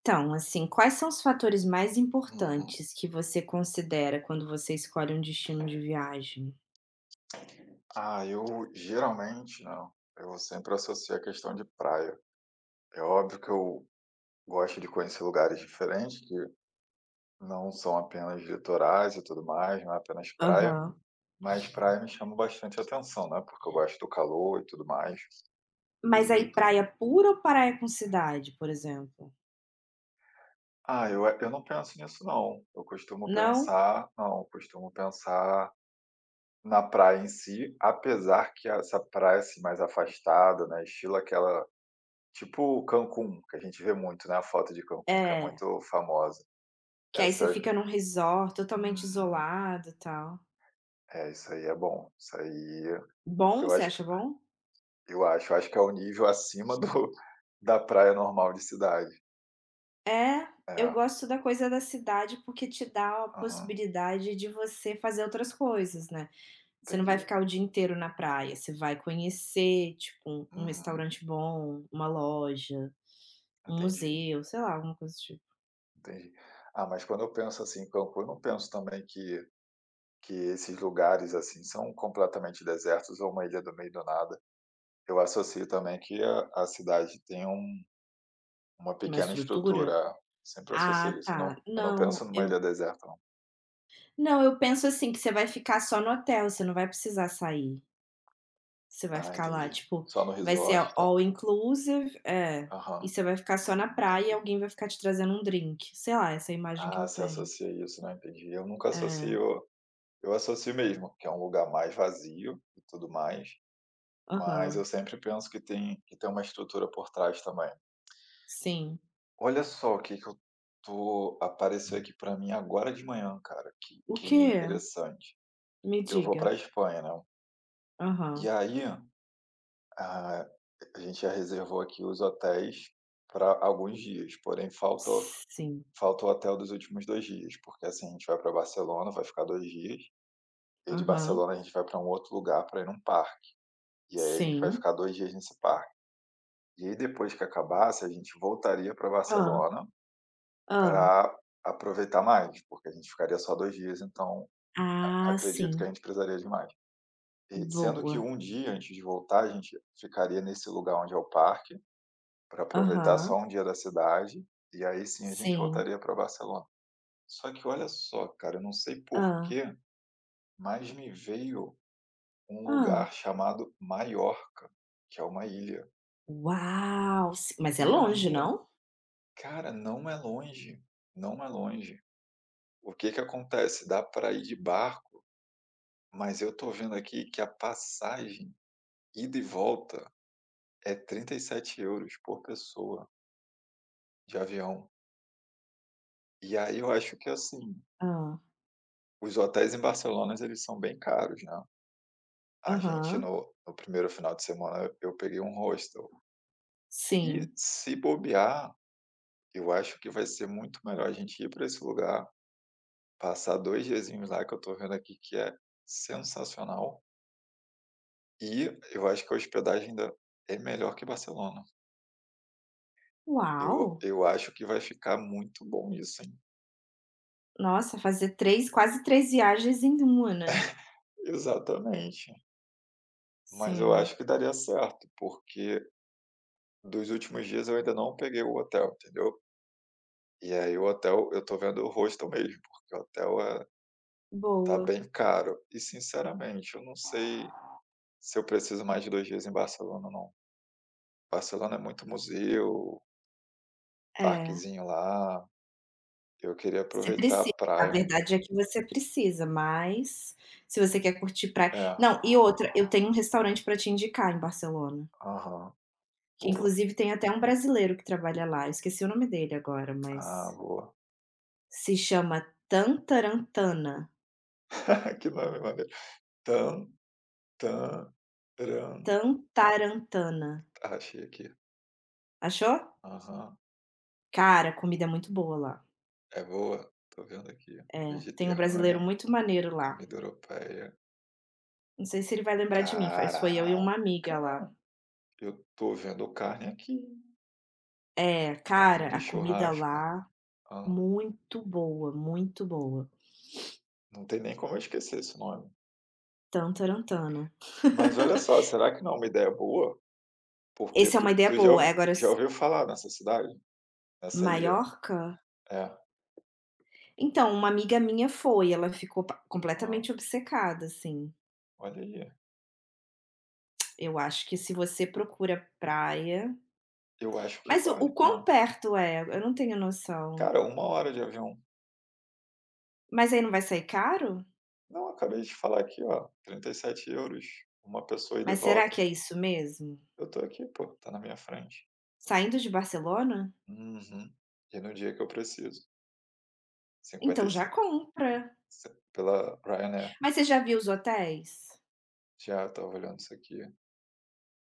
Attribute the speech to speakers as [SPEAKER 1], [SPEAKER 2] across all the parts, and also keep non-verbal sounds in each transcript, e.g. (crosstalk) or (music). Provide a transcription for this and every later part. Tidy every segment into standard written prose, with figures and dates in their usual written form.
[SPEAKER 1] Então, assim, quais são os fatores mais
[SPEAKER 2] Uhum.
[SPEAKER 1] importantes que você considera quando você escolhe um destino de viagem?
[SPEAKER 2] Ah, eu geralmente não. Eu sempre associo a questão de praia. É óbvio que eu gosto de conhecer lugares diferentes, que não são apenas litorais e tudo mais, não é apenas praia,
[SPEAKER 1] Aham.
[SPEAKER 2] mas praia me chama bastante atenção, né? Porque eu gosto do calor e tudo mais.
[SPEAKER 1] Mas aí
[SPEAKER 2] Então,
[SPEAKER 1] praia pura ou praia com cidade, por exemplo?
[SPEAKER 2] ah, eu não penso nisso, não. Eu costumo
[SPEAKER 1] Não?
[SPEAKER 2] pensar, não, eu costumo pensar na praia em si, apesar que essa praia assim, mais afastada, né? Estilo aquela, tipo Cancún, que a gente vê muito, né, a foto de Cancún, que é
[SPEAKER 1] É,
[SPEAKER 2] muito famosa.
[SPEAKER 1] que aí você
[SPEAKER 2] Essas
[SPEAKER 1] fica num resort totalmente
[SPEAKER 2] Uhum.
[SPEAKER 1] isolado, e tal.
[SPEAKER 2] É, isso aí é bom. Isso aí
[SPEAKER 1] Bom?
[SPEAKER 2] eu
[SPEAKER 1] Você
[SPEAKER 2] acho
[SPEAKER 1] acha
[SPEAKER 2] que
[SPEAKER 1] bom?
[SPEAKER 2] eu acho que é o nível acima do da praia normal de cidade.
[SPEAKER 1] É, eu
[SPEAKER 2] É,
[SPEAKER 1] gosto da coisa da cidade porque te dá a
[SPEAKER 2] aham,
[SPEAKER 1] possibilidade de você fazer outras coisas, né? Você não vai
[SPEAKER 2] entendi.
[SPEAKER 1] ficar o dia inteiro na praia, você vai conhecer, tipo, um
[SPEAKER 2] Uhum,
[SPEAKER 1] restaurante bom, uma loja, um
[SPEAKER 2] entendi,
[SPEAKER 1] museu, sei lá, alguma coisa do tipo.
[SPEAKER 2] entendi. Ah, mas quando eu penso, assim, em Cancún, eu não penso também que esses lugares, assim, são completamente desertos ou uma ilha do meio do nada. Eu associo também que a cidade tem uma
[SPEAKER 1] Uma
[SPEAKER 2] pequena
[SPEAKER 1] estrutura?
[SPEAKER 2] estrutura. Sempre
[SPEAKER 1] Ah,
[SPEAKER 2] associei isso, eu não
[SPEAKER 1] tá.
[SPEAKER 2] eu não penso
[SPEAKER 1] Não,
[SPEAKER 2] numa
[SPEAKER 1] eu
[SPEAKER 2] ilha deserta não.
[SPEAKER 1] não, eu penso assim, que você vai ficar só no hotel, você não vai precisar sair. Você vai
[SPEAKER 2] Ah,
[SPEAKER 1] ficar lá,
[SPEAKER 2] entendi.
[SPEAKER 1] tipo,
[SPEAKER 2] Só no
[SPEAKER 1] vai ser
[SPEAKER 2] resort e tal.
[SPEAKER 1] all inclusive é, e
[SPEAKER 2] Aham.
[SPEAKER 1] você vai ficar só na praia e
[SPEAKER 2] Entendi.
[SPEAKER 1] alguém vai ficar te trazendo um drink. Sei lá, essa é a imagem que
[SPEAKER 2] Ah,
[SPEAKER 1] eu
[SPEAKER 2] você
[SPEAKER 1] tenho.
[SPEAKER 2] associa isso, não entendi. Eu nunca
[SPEAKER 1] É,
[SPEAKER 2] associo, eu associo mesmo, que é um lugar mais vazio e tudo mais, mas eu
[SPEAKER 1] aham,
[SPEAKER 2] sempre penso que tem uma estrutura por trás também.
[SPEAKER 1] sim.
[SPEAKER 2] Olha só o que que eu tô apareceu aqui para mim agora de manhã, cara, que
[SPEAKER 1] O
[SPEAKER 2] que
[SPEAKER 1] quê?
[SPEAKER 2] interessante.
[SPEAKER 1] Me
[SPEAKER 2] Eu vou
[SPEAKER 1] diga.
[SPEAKER 2] pra Espanha, né, e
[SPEAKER 1] Aham.
[SPEAKER 2] aí ah, a gente já reservou aqui os hotéis para alguns dias, porém falta
[SPEAKER 1] Sim.
[SPEAKER 2] falta o hotel dos últimos 2 dias, porque, assim, a gente vai para Barcelona, vai ficar 2 dias, e de
[SPEAKER 1] Aham.
[SPEAKER 2] Barcelona a gente vai para um outro lugar para ir num parque, e aí a gente vai
[SPEAKER 1] Sim.
[SPEAKER 2] ficar 2 dias nesse parque. E aí depois que acabasse, a gente voltaria para
[SPEAKER 1] Hã.
[SPEAKER 2] Barcelona
[SPEAKER 1] Hã.
[SPEAKER 2] para aproveitar mais, porque a gente ficaria só 2 dias, então a
[SPEAKER 1] Ah,
[SPEAKER 2] acredito que a
[SPEAKER 1] sim.
[SPEAKER 2] gente precisaria de mais. E sendo que
[SPEAKER 1] Boa.
[SPEAKER 2] um dia antes de voltar, a gente ficaria nesse lugar onde é o parque, para aproveitar só
[SPEAKER 1] Aham.
[SPEAKER 2] um dia da cidade, e aí sim a gente
[SPEAKER 1] Sim.
[SPEAKER 2] voltaria para Barcelona. Só que olha só, cara, eu não sei por
[SPEAKER 1] Hã.
[SPEAKER 2] quê, mas me veio um
[SPEAKER 1] Hã.
[SPEAKER 2] lugar chamado Maiorca, que é uma ilha.
[SPEAKER 1] Uau! Si mas é
[SPEAKER 2] E
[SPEAKER 1] longe,
[SPEAKER 2] aí,
[SPEAKER 1] não?
[SPEAKER 2] cara, não é longe, não é longe. O que que acontece? Dá para ir de barco, mas eu tô vendo aqui que a passagem ida e volta é 37 euros por pessoa de avião. E aí eu acho que, assim,
[SPEAKER 1] Hã.
[SPEAKER 2] os hotéis em Barcelona eles são bem caros, né. A gente
[SPEAKER 1] Aham.
[SPEAKER 2] no primeiro final de semana eu peguei um hostel. E
[SPEAKER 1] Sim.
[SPEAKER 2] se bobear, eu acho que vai ser muito melhor a gente ir para esse lugar, passar 2 diazinhos lá, que eu tô vendo aqui que é sensacional, e eu acho que a hospedagem ainda é melhor que Barcelona.
[SPEAKER 1] Uau!
[SPEAKER 2] Eu acho que vai ficar muito bom isso, hein.
[SPEAKER 1] Nossa, fazer três, quase três viagens em uma, né.
[SPEAKER 2] Exatamente. Mas eu
[SPEAKER 1] Sim.
[SPEAKER 2] acho que daria certo, porque dos últimos dias eu ainda não peguei o hotel, entendeu. E aí o hotel eu tô vendo o hostel mesmo, porque o hotel tá
[SPEAKER 1] Boa.
[SPEAKER 2] bem caro. E sinceramente, eu não sei se eu preciso mais de 2 dias em Barcelona ou não. Barcelona é muito museu,
[SPEAKER 1] É,
[SPEAKER 2] parquezinho lá, eu queria
[SPEAKER 1] você
[SPEAKER 2] aproveitar a
[SPEAKER 1] precisa. A
[SPEAKER 2] praia.
[SPEAKER 1] verdade é que você precisa, mas se você quer curtir praia
[SPEAKER 2] É,
[SPEAKER 1] não, e outra, eu tenho um restaurante pra te indicar em Barcelona.
[SPEAKER 2] aham,
[SPEAKER 1] Que
[SPEAKER 2] boa.
[SPEAKER 1] inclusive tem até um brasileiro que trabalha lá, eu esqueci o nome dele agora, mas
[SPEAKER 2] Ah, boa.
[SPEAKER 1] se chama Tantarantana,
[SPEAKER 2] (laughs) Que nome maneiro. Tan Tanran
[SPEAKER 1] Tantarantana.
[SPEAKER 2] ah, achei aqui.
[SPEAKER 1] Achou?
[SPEAKER 2] Aham,
[SPEAKER 1] Cara, a comida é muito boa lá.
[SPEAKER 2] é boa, tô vendo aqui.
[SPEAKER 1] É, tem um brasileiro
[SPEAKER 2] Mediterrânea,
[SPEAKER 1] muito maneiro lá.
[SPEAKER 2] comida europeia.
[SPEAKER 1] Não sei se ele vai lembrar de mim, faz foi eu e
[SPEAKER 2] Caraca,
[SPEAKER 1] uma amiga lá.
[SPEAKER 2] eu tô vendo carne aqui,
[SPEAKER 1] É,
[SPEAKER 2] carne
[SPEAKER 1] cara,
[SPEAKER 2] de
[SPEAKER 1] a comida
[SPEAKER 2] churrasco.
[SPEAKER 1] lá muito boa, muito boa.
[SPEAKER 2] Não tem nem como eu esquecer esse nome.
[SPEAKER 1] Tantarantana.
[SPEAKER 2] Mas olha só, será que não é uma ideia boa? Porque
[SPEAKER 1] Essa é
[SPEAKER 2] tu
[SPEAKER 1] uma ideia
[SPEAKER 2] tu já
[SPEAKER 1] boa, eh,
[SPEAKER 2] ouvi
[SPEAKER 1] agora
[SPEAKER 2] já
[SPEAKER 1] s
[SPEAKER 2] ouviu falar nessa cidade? Nessa ilha?
[SPEAKER 1] Maiorca?
[SPEAKER 2] É.
[SPEAKER 1] Então, uma amiga minha foi, ela ficou pa
[SPEAKER 2] Hã.
[SPEAKER 1] completamente obcecada, assim.
[SPEAKER 2] Olha aí,
[SPEAKER 1] Eu acho que se você procura praia
[SPEAKER 2] eu acho que
[SPEAKER 1] mas o
[SPEAKER 2] vale.
[SPEAKER 1] quão
[SPEAKER 2] Hã.
[SPEAKER 1] perto é? Eu não tenho noção.
[SPEAKER 2] Cara, uma hora de avião.
[SPEAKER 1] Mas aí não vai sair caro?
[SPEAKER 2] Não, acabei de falar aqui, ó, 37 euros uma pessoa ida e
[SPEAKER 1] Mas será
[SPEAKER 2] volta.
[SPEAKER 1] que é isso mesmo?
[SPEAKER 2] Eu tô aqui, pô, tá na minha frente.
[SPEAKER 1] Saindo de Barcelona?
[SPEAKER 2] Uhum. E no dia que eu preciso,
[SPEAKER 1] Então já
[SPEAKER 2] 55
[SPEAKER 1] compra.
[SPEAKER 2] se pela Ryanair.
[SPEAKER 1] Mas você já viu os hotéis?
[SPEAKER 2] Já, eu estava olhando isso aqui.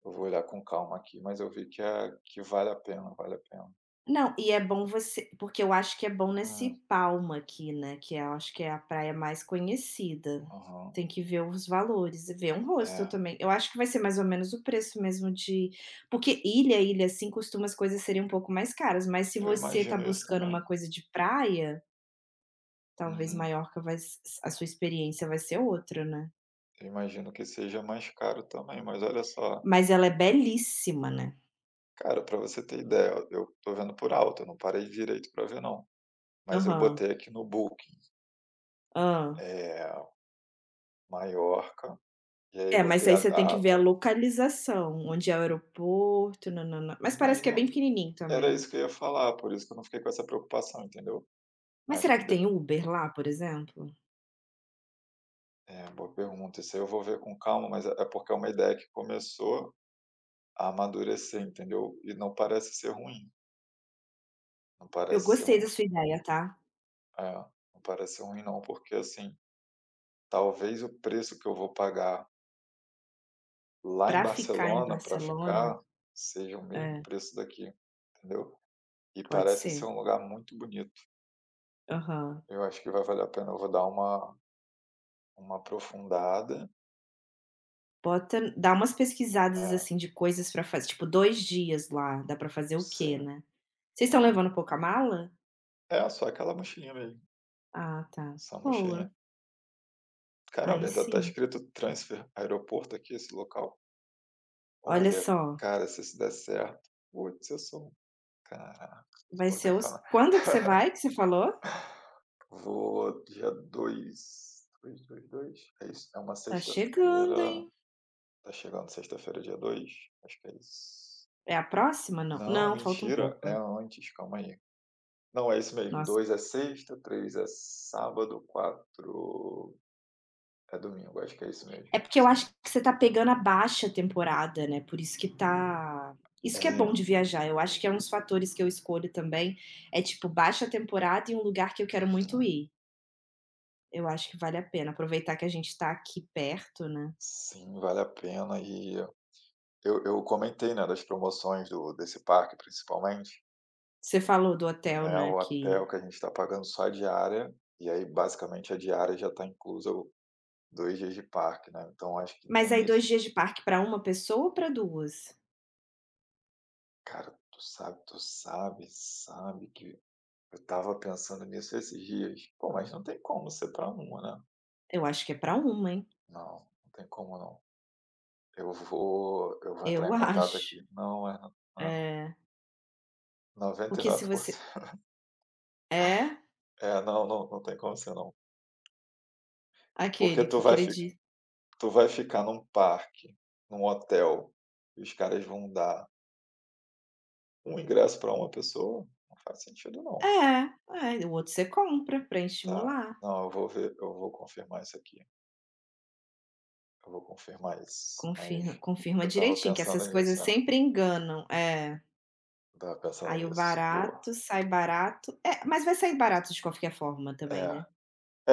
[SPEAKER 2] Eu vou olhar com calma aqui, mas eu vi que é que vale a pena, vale a pena.
[SPEAKER 1] Não, e é bom você porque eu acho que é bom nesse
[SPEAKER 2] Hum,
[SPEAKER 1] Palma aqui, né, que é, eu acho que é a praia mais conhecida.
[SPEAKER 2] aham.
[SPEAKER 1] Tem que ver os valores e ver um rosto
[SPEAKER 2] É,
[SPEAKER 1] também. Eu acho que vai ser mais ou menos o preço mesmo de porque ilha, ilha, assim, costuma as coisas serem um pouco mais caras, mas se
[SPEAKER 2] eu
[SPEAKER 1] você tá
[SPEAKER 2] imagino isso
[SPEAKER 1] buscando uma
[SPEAKER 2] também.
[SPEAKER 1] coisa de praia, talvez
[SPEAKER 2] Uhum.
[SPEAKER 1] Maiorca vai s a sua experiência vai ser outra, né.
[SPEAKER 2] Eu imagino que seja mais caro também, mas olha só,
[SPEAKER 1] Mas ela é belíssima, né.
[SPEAKER 2] cara, para você ter ideia, eu tô vendo por alto, eu não parei direito para ver não, mas eu
[SPEAKER 1] Aham.
[SPEAKER 2] botei aqui no Booking,
[SPEAKER 1] Hã.
[SPEAKER 2] é Maiorca, e aí
[SPEAKER 1] É, mas
[SPEAKER 2] botei
[SPEAKER 1] aí
[SPEAKER 2] a
[SPEAKER 1] você tem que ver a
[SPEAKER 2] data,
[SPEAKER 1] localização, onde é o aeroporto, nã Mas
[SPEAKER 2] mas
[SPEAKER 1] parece que é bem
[SPEAKER 2] não
[SPEAKER 1] pequenininho
[SPEAKER 2] era
[SPEAKER 1] também, né.
[SPEAKER 2] isso que eu ia falar, por isso que eu não fiquei com essa preocupação, entendeu?
[SPEAKER 1] Mas
[SPEAKER 2] Acho
[SPEAKER 1] será
[SPEAKER 2] que
[SPEAKER 1] que
[SPEAKER 2] de
[SPEAKER 1] tem Uber lá, por exemplo?
[SPEAKER 2] é, boa pergunta, isso aí eu vou ver com calma, mas é porque é uma ideia que começou a amadurecer, entendeu? E não parece ser ruim, não
[SPEAKER 1] Eu
[SPEAKER 2] parece ser
[SPEAKER 1] gostei
[SPEAKER 2] ruim.
[SPEAKER 1] da sua ideia, tá.
[SPEAKER 2] É, não parece ruim não, porque assim, talvez o preço que eu vou pagar lá em
[SPEAKER 1] Pra ficar em
[SPEAKER 2] Barcelona para
[SPEAKER 1] Barcelona
[SPEAKER 2] ficar, seja o mesmo
[SPEAKER 1] é,
[SPEAKER 2] preço daqui, entendeu? E
[SPEAKER 1] pode
[SPEAKER 2] parece ser
[SPEAKER 1] ser.
[SPEAKER 2] um lugar muito bonito.
[SPEAKER 1] Aham.
[SPEAKER 2] Eu acho que vai valer a pena, eu vou dar uma aprofundada.
[SPEAKER 1] Bota dá umas pesquisadas,
[SPEAKER 2] É,
[SPEAKER 1] assim, de coisas pra fazer, tipo, 2 dias lá, dá pra fazer o quê,
[SPEAKER 2] sim.
[SPEAKER 1] né. Vocês estão
[SPEAKER 2] Uhum.
[SPEAKER 1] levando pouca mala?
[SPEAKER 2] É, só aquela mochilinha mesmo,
[SPEAKER 1] Ah, tá.
[SPEAKER 2] só a
[SPEAKER 1] Boa,
[SPEAKER 2] mochilinha. Caramba,
[SPEAKER 1] aí
[SPEAKER 2] ainda tá
[SPEAKER 1] sim.
[SPEAKER 2] escrito transfer aeroporto aqui, esse local.
[SPEAKER 1] Olha
[SPEAKER 2] Olha,
[SPEAKER 1] só,
[SPEAKER 2] cara, se isso der certo, putz, eu sou um caraca,
[SPEAKER 1] vai
[SPEAKER 2] vou nem
[SPEAKER 1] ser os
[SPEAKER 2] falar.
[SPEAKER 1] quando que você vai que você falou?
[SPEAKER 2] Vou dia 2, 2, 2, 2. É isso. É uma
[SPEAKER 1] Tá chegando,
[SPEAKER 2] sexta-feira.
[SPEAKER 1] hein.
[SPEAKER 2] Tá chegando sexta-feira, dia 2. Acho que é isso.
[SPEAKER 1] É a próxima? Não.
[SPEAKER 2] Não,
[SPEAKER 1] Não, falta um
[SPEAKER 2] mentira.
[SPEAKER 1] pouco.
[SPEAKER 2] É antes, calma aí. Não, é isso mesmo.
[SPEAKER 1] Nossa.
[SPEAKER 2] 2 é sexta, 3 é sábado, 4 é domingo. Acho que é isso mesmo.
[SPEAKER 1] É porque eu
[SPEAKER 2] Isso
[SPEAKER 1] acho
[SPEAKER 2] mesmo.
[SPEAKER 1] que você tá pegando a baixa temporada, né, por isso que tá. Isso que é
[SPEAKER 2] É.
[SPEAKER 1] bom de viajar, eu acho que é um dos fatores que eu escolho também, é tipo baixa temporada e um lugar que eu quero muito
[SPEAKER 2] Uhum.
[SPEAKER 1] ir. Eu acho que vale a pena aproveitar que a gente tá aqui perto, né.
[SPEAKER 2] Sim, vale a pena. E eu comentei, né, das promoções desse parque, principalmente.
[SPEAKER 1] Você falou do hotel,
[SPEAKER 2] Né,
[SPEAKER 1] né,
[SPEAKER 2] o hotel
[SPEAKER 1] que
[SPEAKER 2] que a gente está pagando só a diária, e aí basicamente a diária já está inclusa o 2 dias de parque, né, então acho que
[SPEAKER 1] mas
[SPEAKER 2] tem
[SPEAKER 1] aí
[SPEAKER 2] isso.
[SPEAKER 1] 2 dias de parque pra uma pessoa ou pra 2?
[SPEAKER 2] Cara, tu sabe que eu tava pensando nisso esses dias. Pô, mas não tem como ser para uma, né.
[SPEAKER 1] Eu acho que é pra uma, hein.
[SPEAKER 2] Não, não tem como não. Eu vou entrar em
[SPEAKER 1] Eu (laughs)
[SPEAKER 2] contato aqui.
[SPEAKER 1] acho.
[SPEAKER 2] Não, é não, não é não.
[SPEAKER 1] É.
[SPEAKER 2] noventa e
[SPEAKER 1] Porque se
[SPEAKER 2] nove por
[SPEAKER 1] você
[SPEAKER 2] cento
[SPEAKER 1] é?
[SPEAKER 2] (laughs) É, não, não, não tem como ser não. Porque
[SPEAKER 1] Aquele que acredi.
[SPEAKER 2] tu vai ficar num parque, num hotel, e os caras vão dar um ingresso para uma pessoa? Não faz sentido não.
[SPEAKER 1] É, é, o outro você compra para
[SPEAKER 2] Tá,
[SPEAKER 1] estimular.
[SPEAKER 2] não, eu vou ver, eu vou confirmar isso aqui, eu vou confirmar isso, mas
[SPEAKER 1] Confirma confirma
[SPEAKER 2] eu estava
[SPEAKER 1] direitinho, que
[SPEAKER 2] pensando
[SPEAKER 1] essas coisas
[SPEAKER 2] nisso, eu
[SPEAKER 1] sempre enganam. É.
[SPEAKER 2] estava pensando
[SPEAKER 1] Aí o
[SPEAKER 2] nisso, boa.
[SPEAKER 1] barato sai barato. É, mas vai sair barato de qualquer forma também,
[SPEAKER 2] É,
[SPEAKER 1] né.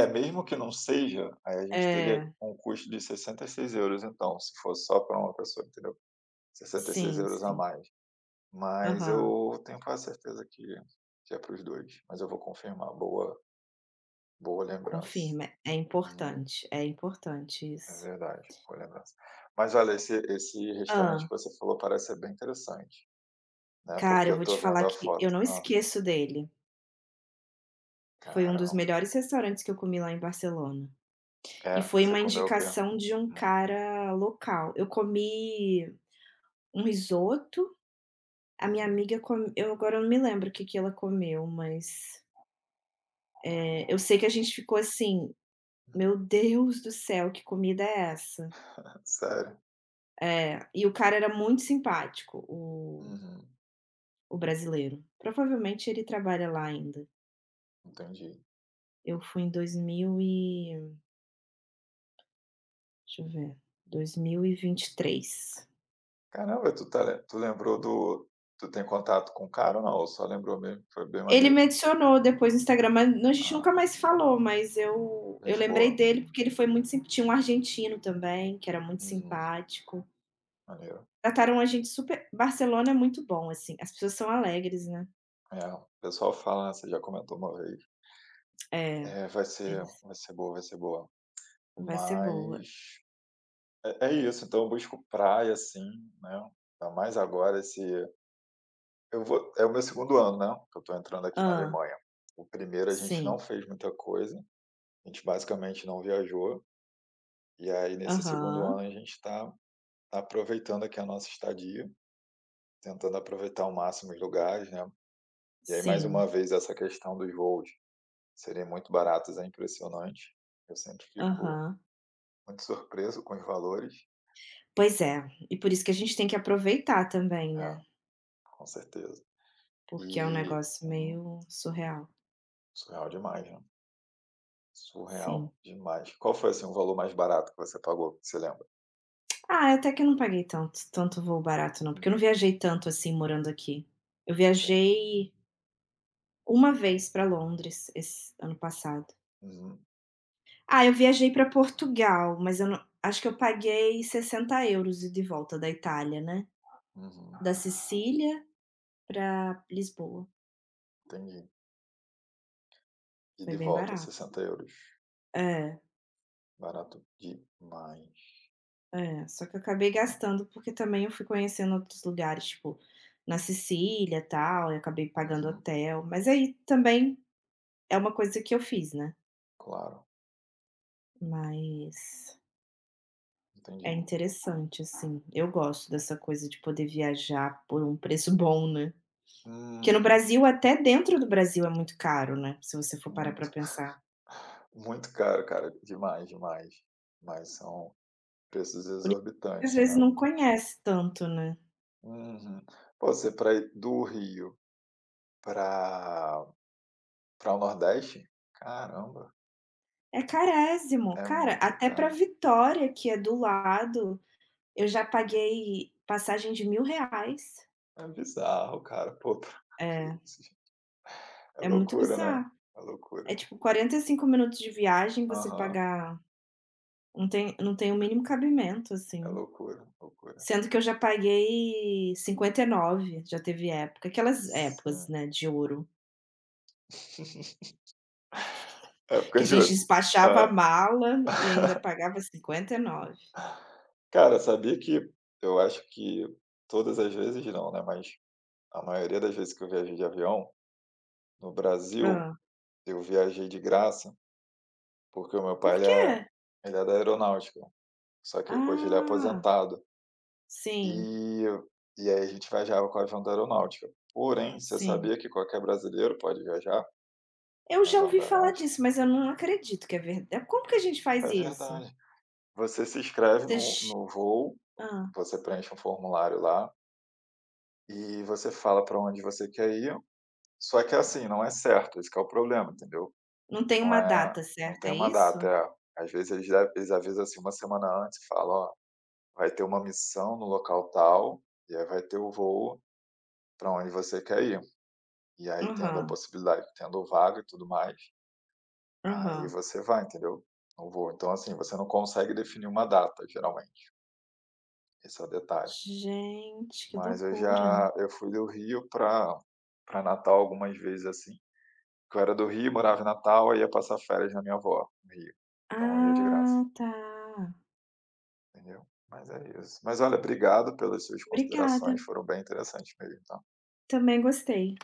[SPEAKER 2] é, mesmo que não seja, aí a gente teria
[SPEAKER 1] É,
[SPEAKER 2] um custo de 66 euros então, se fosse só para uma pessoa, entendeu? sessenta e seis
[SPEAKER 1] sim,
[SPEAKER 2] euros a
[SPEAKER 1] sim.
[SPEAKER 2] mais, mas
[SPEAKER 1] Aham.
[SPEAKER 2] eu tenho quase certeza que é para os dois, mas eu vou confirmar, boa boa lembrança.
[SPEAKER 1] Confirma,
[SPEAKER 2] Uhum.
[SPEAKER 1] é importante
[SPEAKER 2] É
[SPEAKER 1] isso.
[SPEAKER 2] verdade, boa lembrança. Mas olha, esse restaurante que
[SPEAKER 1] Ah,
[SPEAKER 2] você falou parece ser bem interessante, né,
[SPEAKER 1] cara,
[SPEAKER 2] porque
[SPEAKER 1] eu
[SPEAKER 2] eu
[SPEAKER 1] vou
[SPEAKER 2] tô
[SPEAKER 1] te
[SPEAKER 2] vendo
[SPEAKER 1] falar
[SPEAKER 2] a
[SPEAKER 1] que eu
[SPEAKER 2] foto.
[SPEAKER 1] não
[SPEAKER 2] Ah,
[SPEAKER 1] esqueço dele. Foi um dos
[SPEAKER 2] caramba.
[SPEAKER 1] melhores restaurantes que eu comi lá em Barcelona. E
[SPEAKER 2] É,
[SPEAKER 1] foi
[SPEAKER 2] você
[SPEAKER 1] uma
[SPEAKER 2] comeu o quê?
[SPEAKER 1] indicação de um
[SPEAKER 2] Hum,
[SPEAKER 1] cara local. Eu comi um risoto, a minha
[SPEAKER 2] uhum,
[SPEAKER 1] amiga come eu agora não me lembro o que que ela comeu, mas, eh, eu sei que a gente ficou assim:
[SPEAKER 2] hum.
[SPEAKER 1] "Meu Deus do céu, que comida é essa?".
[SPEAKER 2] Sério?
[SPEAKER 1] É, e o cara era muito simpático, o
[SPEAKER 2] Uhum,
[SPEAKER 1] o brasileiro. Provavelmente ele trabalha lá ainda.
[SPEAKER 2] entendi.
[SPEAKER 1] Eu fui em 2000 e deixa eu ver, 2023.
[SPEAKER 2] Caramba, tu tá le tu lembrou do tu tem contato com o cara ou não? Ou só lembrou mesmo, foi bem
[SPEAKER 1] Ele me
[SPEAKER 2] maneiro?
[SPEAKER 1] adicionou depois no Instagram, mas a gente nunca
[SPEAKER 2] Ah,
[SPEAKER 1] mais se falou, mas eu
[SPEAKER 2] gente
[SPEAKER 1] lembrei
[SPEAKER 2] boa.
[SPEAKER 1] dele porque ele foi muito simpático tinha um argentino também, que era muito
[SPEAKER 2] Uhum,
[SPEAKER 1] simpático.
[SPEAKER 2] maneiro.
[SPEAKER 1] Trataram a gente super. Barcelona é muito bom, assim, as pessoas são alegres, né.
[SPEAKER 2] É, o pessoal fala, né, você já comentou uma vez.
[SPEAKER 1] É,
[SPEAKER 2] É, vai ser
[SPEAKER 1] eles
[SPEAKER 2] vai ser boa, vai ser boa,
[SPEAKER 1] vai ser boa.
[SPEAKER 2] mas é isso, então eu busco praia, assim, né, ainda mais agora esse eu vou é o meu segundo ano, né, que eu tô entrando aqui na
[SPEAKER 1] Ah,
[SPEAKER 2] Alemanha. O primeiro a gente não
[SPEAKER 1] sim.
[SPEAKER 2] fez muita coisa, a gente basicamente não viajou, e aí nesse segundo
[SPEAKER 1] Aham.
[SPEAKER 2] ano a gente está aproveitando aqui a nossa estadia, tentando aproveitar ao máximo os lugares, né. E aí mais uma
[SPEAKER 1] Sim.
[SPEAKER 2] vez essa questão dos voos serem muito baratos é impressionante, eu sempre fico
[SPEAKER 1] Aham.
[SPEAKER 2] muito surpreso com os valores.
[SPEAKER 1] Pois é, e por isso que a gente tem que aproveitar também,
[SPEAKER 2] É,
[SPEAKER 1] né,
[SPEAKER 2] com certeza.
[SPEAKER 1] porque é um
[SPEAKER 2] E
[SPEAKER 1] negócio
[SPEAKER 2] uhum,
[SPEAKER 1] meio surreal.
[SPEAKER 2] surreal demais, né. Surreal
[SPEAKER 1] Sim.
[SPEAKER 2] demais. Qual foi, assim, o valor mais barato que você pagou, você lembra?
[SPEAKER 1] Ah, é até que eu não paguei tanto voo barato não, porque eu não
[SPEAKER 2] Uhum,
[SPEAKER 1] viajei tanto assim morando aqui. Eu
[SPEAKER 2] sim.
[SPEAKER 1] viajei uma vez para Londres esse ano passado.
[SPEAKER 2] Uhum,
[SPEAKER 1] Ah, eu viajei para Portugal, mas eu não acho que eu paguei 60 euros ida e de volta da Itália, né.
[SPEAKER 2] uhum,
[SPEAKER 1] Da Sicília para Lisboa,
[SPEAKER 2] entendi. E
[SPEAKER 1] foi
[SPEAKER 2] de
[SPEAKER 1] bem
[SPEAKER 2] volta,
[SPEAKER 1] barato.
[SPEAKER 2] 60 euros,
[SPEAKER 1] É,
[SPEAKER 2] barato demais,
[SPEAKER 1] é, só que eu acabei
[SPEAKER 2] né.
[SPEAKER 1] gastando, porque também eu fui conhecendo outros lugares, tipo, na Sicília, e tal, e acabei pagando
[SPEAKER 2] Uhum,
[SPEAKER 1] hotel, mas aí também é uma coisa que eu fiz, né.
[SPEAKER 2] claro,
[SPEAKER 1] Mas é
[SPEAKER 2] entendi.
[SPEAKER 1] interessante, assim, eu gosto dessa coisa de poder viajar por um preço bom, né. Porque no
[SPEAKER 2] Uhum,
[SPEAKER 1] Brasil, até dentro do Brasil é muito caro, né, se você for parar pra
[SPEAKER 2] muito,
[SPEAKER 1] pensar.
[SPEAKER 2] (laughs) muito caro, cara, demais, demais. Mas são preços
[SPEAKER 1] Por isso, que às
[SPEAKER 2] exorbitantes,
[SPEAKER 1] vezes
[SPEAKER 2] né.
[SPEAKER 1] não conhece tanto, né.
[SPEAKER 2] Uhum. Pô, você para ir do Rio para para o Nordeste? Caramba,
[SPEAKER 1] É carésimo.
[SPEAKER 2] é
[SPEAKER 1] Cara,
[SPEAKER 2] muito
[SPEAKER 1] até pra
[SPEAKER 2] caro.
[SPEAKER 1] Vitória, que é do lado, eu já paguei passagem de R$ 1.000.
[SPEAKER 2] É bizarro, cara. Pô, (laughs) que
[SPEAKER 1] É,
[SPEAKER 2] isso, gente. É
[SPEAKER 1] é muito
[SPEAKER 2] loucura, né?
[SPEAKER 1] bizarro.
[SPEAKER 2] É
[SPEAKER 1] É
[SPEAKER 2] loucura.
[SPEAKER 1] tipo 45 minutos de viagem, você
[SPEAKER 2] Aham.
[SPEAKER 1] pagar não tem o mínimo cabimento,
[SPEAKER 2] É
[SPEAKER 1] assim.
[SPEAKER 2] loucura, loucura.
[SPEAKER 1] Sendo que eu já paguei 59. Já teve época aquelas épocas,
[SPEAKER 2] Sim.
[SPEAKER 1] né, de ouro.
[SPEAKER 2] (laughs) É, porque eu
[SPEAKER 1] Que a gente
[SPEAKER 2] juro.
[SPEAKER 1] despachava
[SPEAKER 2] Hã.
[SPEAKER 1] a mala e ainda
[SPEAKER 2] (laughs)
[SPEAKER 1] pagava 59.
[SPEAKER 2] Cara, sabia que eu acho que todas as vezes não, né, mas a maioria das vezes que eu viajei de avião, no
[SPEAKER 1] Hã.
[SPEAKER 2] Brasil, eu viajei de graça, porque o meu pai
[SPEAKER 1] Por
[SPEAKER 2] ele é
[SPEAKER 1] quê?
[SPEAKER 2] ele é da aeronáutica, só que hoje ele é
[SPEAKER 1] Ah,
[SPEAKER 2] aposentado.
[SPEAKER 1] sim,
[SPEAKER 2] E e aí a gente viajava com o avião da aeronáutica. Porém, você
[SPEAKER 1] sim.
[SPEAKER 2] sabia que qualquer brasileiro pode viajar
[SPEAKER 1] Eu
[SPEAKER 2] no
[SPEAKER 1] já
[SPEAKER 2] avião
[SPEAKER 1] ouvi
[SPEAKER 2] da
[SPEAKER 1] falar
[SPEAKER 2] aeronáutica?
[SPEAKER 1] disso, mas eu não acredito que é verdade. Como que a gente faz
[SPEAKER 2] É
[SPEAKER 1] isso?
[SPEAKER 2] verdade. Você se inscreve no
[SPEAKER 1] Vocês
[SPEAKER 2] no voo,
[SPEAKER 1] Hã.
[SPEAKER 2] você preenche um formulário lá e você fala para onde você quer ir, só que, é assim, não é certo, esse que é o problema, entendeu.
[SPEAKER 1] Não tem
[SPEAKER 2] Não
[SPEAKER 1] uma
[SPEAKER 2] é
[SPEAKER 1] data
[SPEAKER 2] não
[SPEAKER 1] certa,
[SPEAKER 2] tem
[SPEAKER 1] é
[SPEAKER 2] uma
[SPEAKER 1] isso?
[SPEAKER 2] data, às vezes eles avisam, assim, uma semana antes falam: "Ó, vai ter uma missão no local tal, e aí vai ter o voo para onde você quer ir". E aí tendo a
[SPEAKER 1] Aham,
[SPEAKER 2] possibilidade, tendo vaga e tudo mais, aí
[SPEAKER 1] aham.
[SPEAKER 2] você vai, entendeu? Não vou. Então, assim, você não consegue definir uma data, geralmente. Esse é o detalhe.
[SPEAKER 1] Gente, que
[SPEAKER 2] Mas eu
[SPEAKER 1] loucura.
[SPEAKER 2] já eu fui do Rio para Natal algumas vezes, assim. Que eu era do Rio, morava em Natal, aí ia passar férias na minha avó, no Rio. Então eu ia de graça,
[SPEAKER 1] Ah, tá.
[SPEAKER 2] entendeu? Mas é isso. Mas olha, obrigado pelas suas considerações,
[SPEAKER 1] Obrigada,
[SPEAKER 2] foram bem interessantes mesmo, tá?
[SPEAKER 1] também gostei.